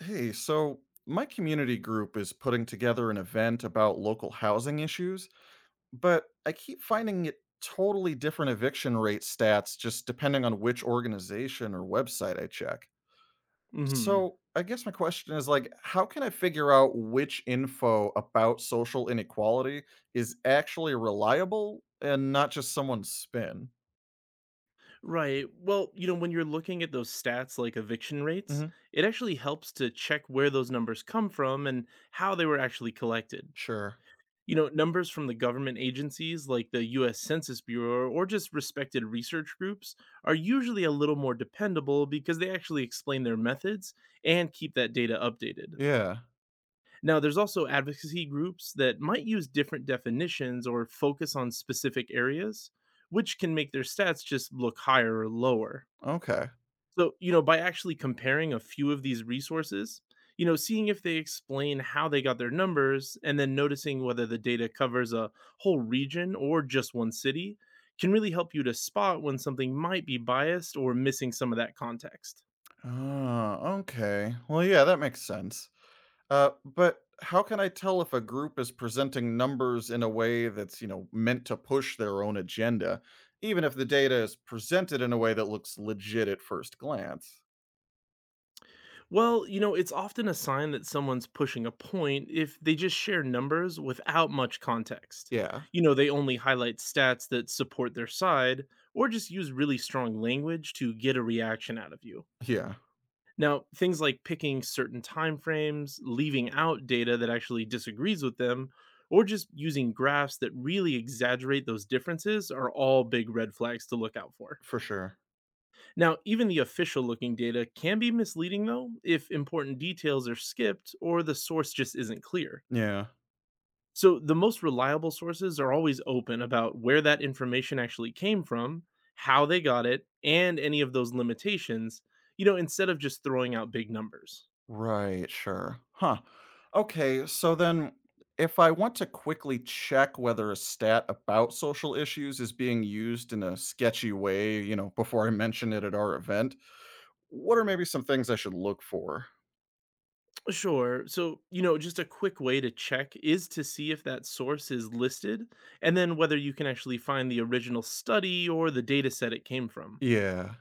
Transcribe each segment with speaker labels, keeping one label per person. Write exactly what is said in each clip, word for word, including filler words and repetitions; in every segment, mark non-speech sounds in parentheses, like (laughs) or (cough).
Speaker 1: Hey, so my community group is putting together an event about local housing issues, but I keep finding it totally different eviction rate stats just depending on which organization or website I check.
Speaker 2: hmm
Speaker 1: So, I guess my question is like how can I figure out which info about social inequality is actually reliable and not just someone's spin?
Speaker 2: Right. Well, you know, when you're looking at those stats like eviction rates,
Speaker 1: Mhm.
Speaker 2: it actually helps to check where those numbers come from and how they were actually collected.
Speaker 1: Sure.
Speaker 2: You know, numbers from the government agencies like the U S Census Bureau or just respected research groups are usually a little more dependable because they actually explain their methods and keep that data updated.
Speaker 1: Yeah.
Speaker 2: Now, there's also advocacy groups that might use different definitions or focus on specific areas, which can make their stats just look higher or lower.
Speaker 1: Okay.
Speaker 2: So, you know, by actually comparing a few of these resources, you know, seeing if they explain how they got their numbers and then noticing whether the data covers a whole region or just one city can really help you to spot when something might be biased or missing some of that context.
Speaker 1: Ah, okay. Well, yeah, that makes sense. Uh, but how can I tell if a group is presenting numbers in a way that's, you know, meant to push their own agenda, even if the data is presented in a way that looks legit at first glance?
Speaker 2: Well, you know, it's often a sign that someone's pushing a point if they just share numbers without much context.
Speaker 1: Yeah.
Speaker 2: You know, they only highlight stats that support their side or just use really strong language to get a reaction out of you.
Speaker 1: Yeah,
Speaker 2: Now, things like picking certain time frames, leaving out data that actually disagrees with them, or just using graphs that really exaggerate those differences are all big red flags to look out for.
Speaker 1: for sure.
Speaker 2: Now, even the official looking data can be misleading, though, if important details are skipped or the source just isn't clear.
Speaker 1: Yeah.
Speaker 2: So, the most reliable sources are always open about where that information actually came from, how they got it, and any of those limitations, you know, instead of just throwing out big numbers.
Speaker 1: Right, sure. Huh. Okay, so then if I want to quickly check whether a stat about social issues is being used in a sketchy way, you know, before I mention it at our event, what are maybe some things I should look for?
Speaker 2: Sure. So, you know, just a quick way to check is to see if that source is listed and then whether you can actually find the original study or the data set it came from.
Speaker 1: Yeah.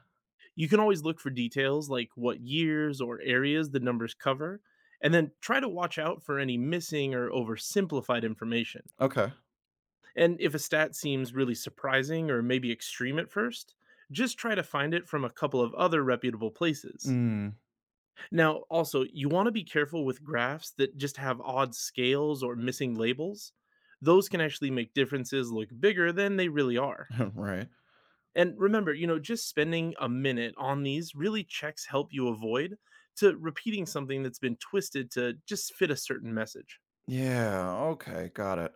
Speaker 2: You can always look for details like what years or areas the numbers cover, and then try to watch out for any missing or oversimplified information.
Speaker 1: Okay.
Speaker 2: And if a stat seems really surprising or maybe extreme at first, just try to find it from a couple of other reputable places.
Speaker 1: Mm,
Speaker 2: Now, also, you want to be careful with graphs that just have odd scales or missing labels. Those can actually make differences look bigger than they really are.
Speaker 1: (laughs) right.
Speaker 2: And remember, you know, just spending a minute on these really checks help you avoid to repeating something that's been twisted to just fit a certain message.
Speaker 1: Yeah, okay, got it.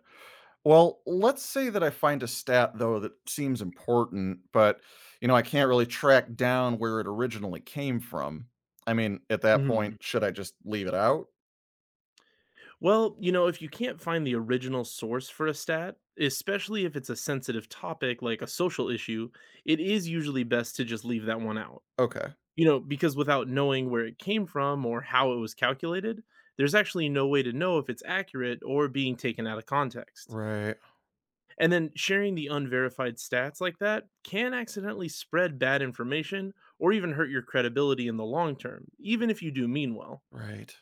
Speaker 1: Well, let's say that I find a stat though that seems important, but you know, I can't really track down where it originally came from. I mean, at that point,
Speaker 2: hmm
Speaker 1: should I just leave it out?
Speaker 2: Well, you know, if you can't find the original source for a stat, especially if it's a sensitive topic like a social issue, it is usually best to just leave that one out.
Speaker 1: Okay.
Speaker 2: You know, because without knowing where it came from or how it was calculated, there's actually no way to know if it's accurate or being taken out of context.
Speaker 1: Right,
Speaker 2: And then sharing the unverified stats like that can accidentally spread bad information or even hurt your credibility in the long term, even if you do mean well.
Speaker 1: right.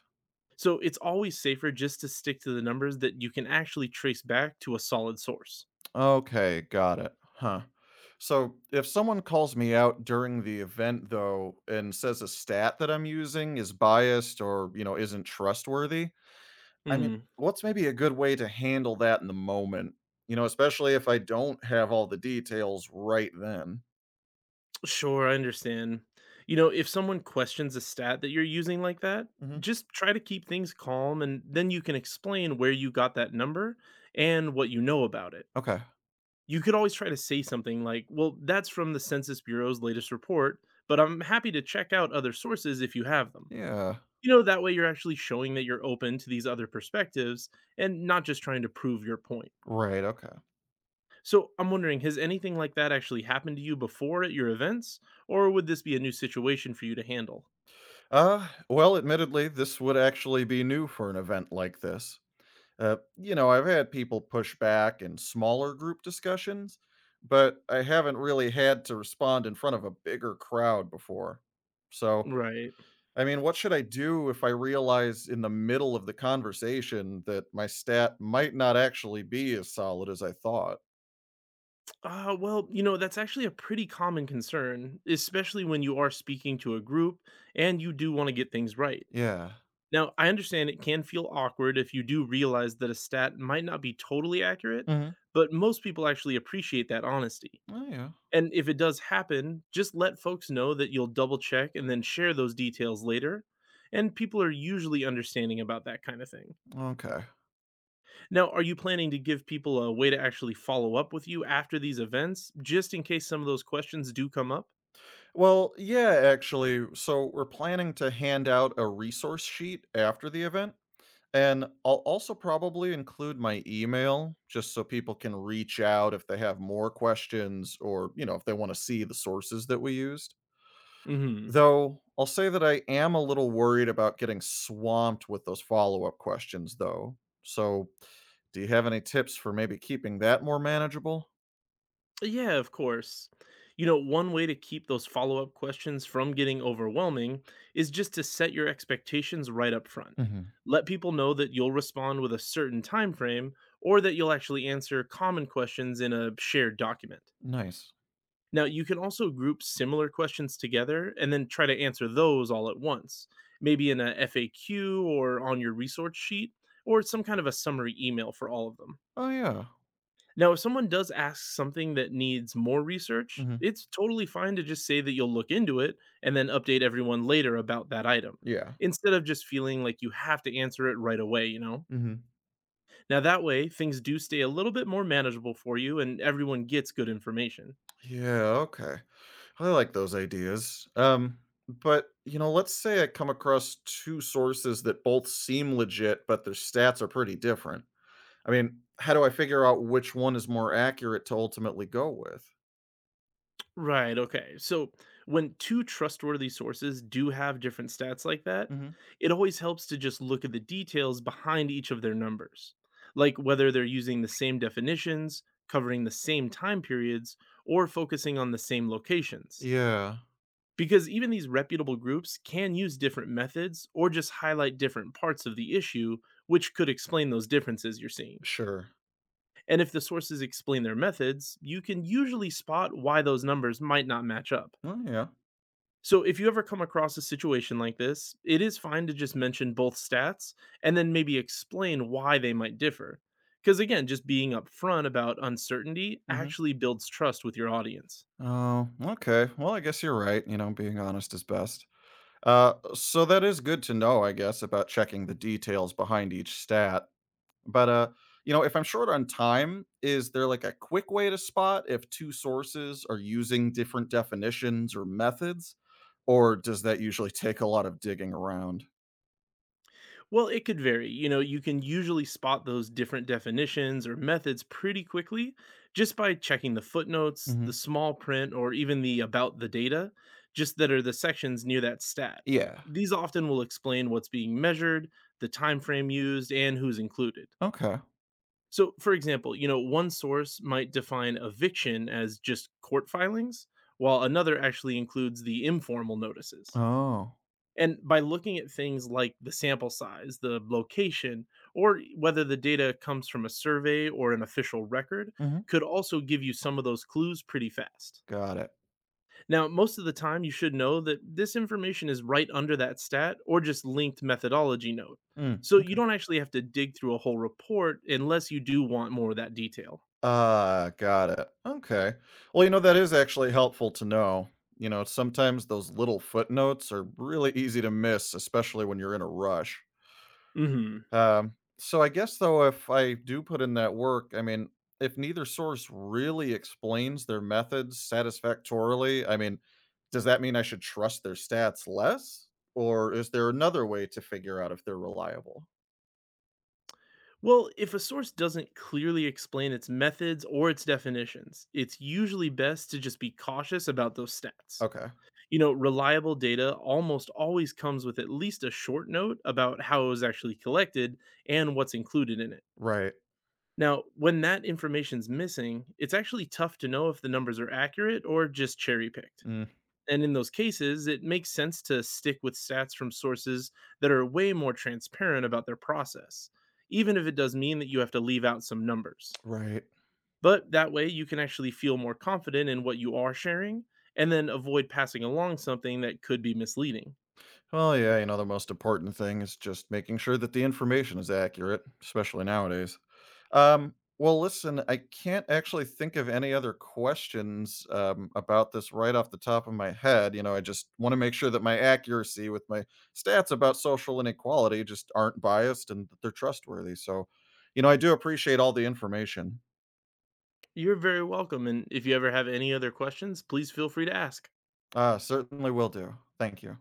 Speaker 2: So it's always safer just to stick to the numbers that you can actually trace back to a solid source.
Speaker 1: Okay, got it. Huh. So, if someone calls me out during the event though and says a stat that I'm using is biased or, you know, isn't trustworthy, I mean,
Speaker 2: Hmm,
Speaker 1: what's maybe a good way to handle that in the moment? You know, especially if I don't have all the details right then.
Speaker 2: sure, I understand. You know, if someone questions a stat that you're using like that,
Speaker 1: Hmm.
Speaker 2: just try to keep things calm and then you can explain where you got that number and what you know about it.
Speaker 1: Okay.
Speaker 2: You could always try to say something like, well, that's from the Census Bureau's latest report, but I'm happy to check out other sources if you have them.
Speaker 1: Yeah.
Speaker 2: You know, that way you're actually showing that you're open to these other perspectives and not just trying to prove your point.
Speaker 1: Right. Okay.
Speaker 2: So I'm wondering, has anything like that actually happened to you before at your events, or would this be a new situation for you to handle?
Speaker 1: Uh, well, admittedly, this would actually be new for an event like this. Uh, you know, I've had people push back in smaller group discussions, but I haven't really had to respond in front of a bigger crowd before. So
Speaker 2: Right.
Speaker 1: I mean, what should I do if I realize in the middle of the conversation that my stat might not actually be as solid as I thought?
Speaker 2: Uh, well, you know, that's actually a pretty common concern, especially when you are speaking to a group and you do want to get things right.
Speaker 1: Yeah.
Speaker 2: Now, I understand it can feel awkward if you do realize that a stat might not be totally accurate,
Speaker 1: Hmm.
Speaker 2: but most people actually appreciate that honesty.
Speaker 1: Oh, yeah.
Speaker 2: And if it does happen, just let folks know that you'll double check and then share those details later. And people are usually understanding about that kind of thing.
Speaker 1: Okay.
Speaker 2: Now, are you planning to give people a way to actually follow up with you after these events, just in case some of those questions do come up?
Speaker 1: Well, yeah, actually. So we're planning to hand out a resource sheet after the event. And I'll also probably include my email just so people can reach out if they have more questions or, you know, if they want to see the sources that we used.
Speaker 2: Hmm.
Speaker 1: Though, I'll say that I am a little worried about getting swamped with those follow-up questions, though. So, do you have any tips for maybe keeping that more manageable?
Speaker 2: Yeah, of course. You know, one way to keep those follow up questions from getting overwhelming is just to set your expectations right up front.
Speaker 1: Mhm.
Speaker 2: Let people know that you'll respond with a certain time frame or that you'll actually answer common questions in a shared document.
Speaker 1: Nice.
Speaker 2: Now, you can also group similar questions together and then try to answer those all at once, maybe in a F A Q or on your resource sheet or some kind of a summary email for all of them.
Speaker 1: Oh, yeah.
Speaker 2: Now, if someone does ask something that needs more research,
Speaker 1: Mhm.
Speaker 2: it's totally fine to just say that you'll look into it and then update everyone later about that item
Speaker 1: Yeah.
Speaker 2: instead of just feeling like you have to answer it right away, you know?
Speaker 1: Mhm.
Speaker 2: Now, that way, things do stay a little bit more manageable for you and everyone gets good information.
Speaker 1: Yeah, okay. I like those ideas. Um, but, you know, let's say I come across two sources that both seem legit, but their stats are pretty different. I mean, how do I figure out which one is more accurate to ultimately go with?
Speaker 2: Right. Okay. So when two trustworthy sources do have different stats like that,
Speaker 1: Mhm.
Speaker 2: it always helps to just look at the details behind each of their numbers, like whether they're using the same definitions, covering the same time periods, or focusing on the same locations.
Speaker 1: Yeah.
Speaker 2: Because even these reputable groups can use different methods or just highlight different parts of the issue, which could explain those differences you're seeing.
Speaker 1: Sure.
Speaker 2: And if the sources explain their methods, you can usually spot why those numbers might not match up.
Speaker 1: Oh yeah.
Speaker 2: So if you ever come across a situation like this, it is fine to just mention both stats and then maybe explain why they might differ. Because again, just being upfront about uncertainty
Speaker 1: Hmm.
Speaker 2: actually builds trust with your audience.
Speaker 1: Oh, okay. Well, I guess you're right. You know, being honest is best. Uh, so that is good to know, I guess, about checking the details behind each stat. But uh, you know, if I'm short on time, is there like a quick way to spot if two sources are using different definitions or methods, or does that usually take a lot of digging around?
Speaker 2: Well, it could vary. You know, you can usually spot those different definitions or methods pretty quickly just by checking the footnotes, the
Speaker 1: Hmm.
Speaker 2: small print, or even the about the data, just that are the sections near that stat.
Speaker 1: Yeah.
Speaker 2: These often will explain what's being measured, the time frame used, and who's included.
Speaker 1: Okay.
Speaker 2: So, for example, you know, one source might define eviction as just court filings, while another actually includes the informal notices.
Speaker 1: Oh.
Speaker 2: And by looking at things like the sample size, the location, or whether the data comes from a survey or an official record,
Speaker 1: Hmm.
Speaker 2: could also give you some of those clues pretty fast.
Speaker 1: Got it.
Speaker 2: Now, most of the time, you should know that this information is right under that stat or just linked methodology note.
Speaker 1: Mm,
Speaker 2: So you
Speaker 1: okay.
Speaker 2: don't actually have to dig through a whole report unless you do want more of that detail.
Speaker 1: Ah, got it. Okay. Well, you know, that is actually helpful to know. You know, sometimes those little footnotes are really easy to miss, especially when you're in a rush.
Speaker 2: hmm
Speaker 1: Um, so I guess, though, if I do put in that work, I mean, if neither source really explains their methods satisfactorily, I mean, does that mean I should trust their stats less? Or is there another way to figure out if they're reliable?
Speaker 2: Well, if a source doesn't clearly explain its methods or its definitions, it's usually best to just be cautious about those stats.
Speaker 1: Okay.
Speaker 2: You know, reliable data almost always comes with at least a short note about how it was actually collected and what's included in it.
Speaker 1: Right.
Speaker 2: Now, when that information's missing, it's actually tough to know if the numbers are accurate or just cherry picked.
Speaker 1: Mm,
Speaker 2: And in those cases, it makes sense to stick with stats from sources that are way more transparent about their process, even if it does mean that you have to leave out some numbers.
Speaker 1: right.
Speaker 2: But that way, you can actually feel more confident in what you are sharing and then avoid passing along something that could be misleading.
Speaker 1: Well, yeah, you know, the most important thing is just making sure that the information is accurate, especially nowadays. Um, well, listen, I can't actually think of any other questions um, about this right off the top of my head. You know, I just want to make sure that my accuracy with my stats about social inequality just aren't biased and that they're trustworthy. So, you know, I do appreciate all the information.
Speaker 2: You're very welcome, and if you ever have any other questions, please feel free to ask.
Speaker 1: Uh, certainly will do. Thank you.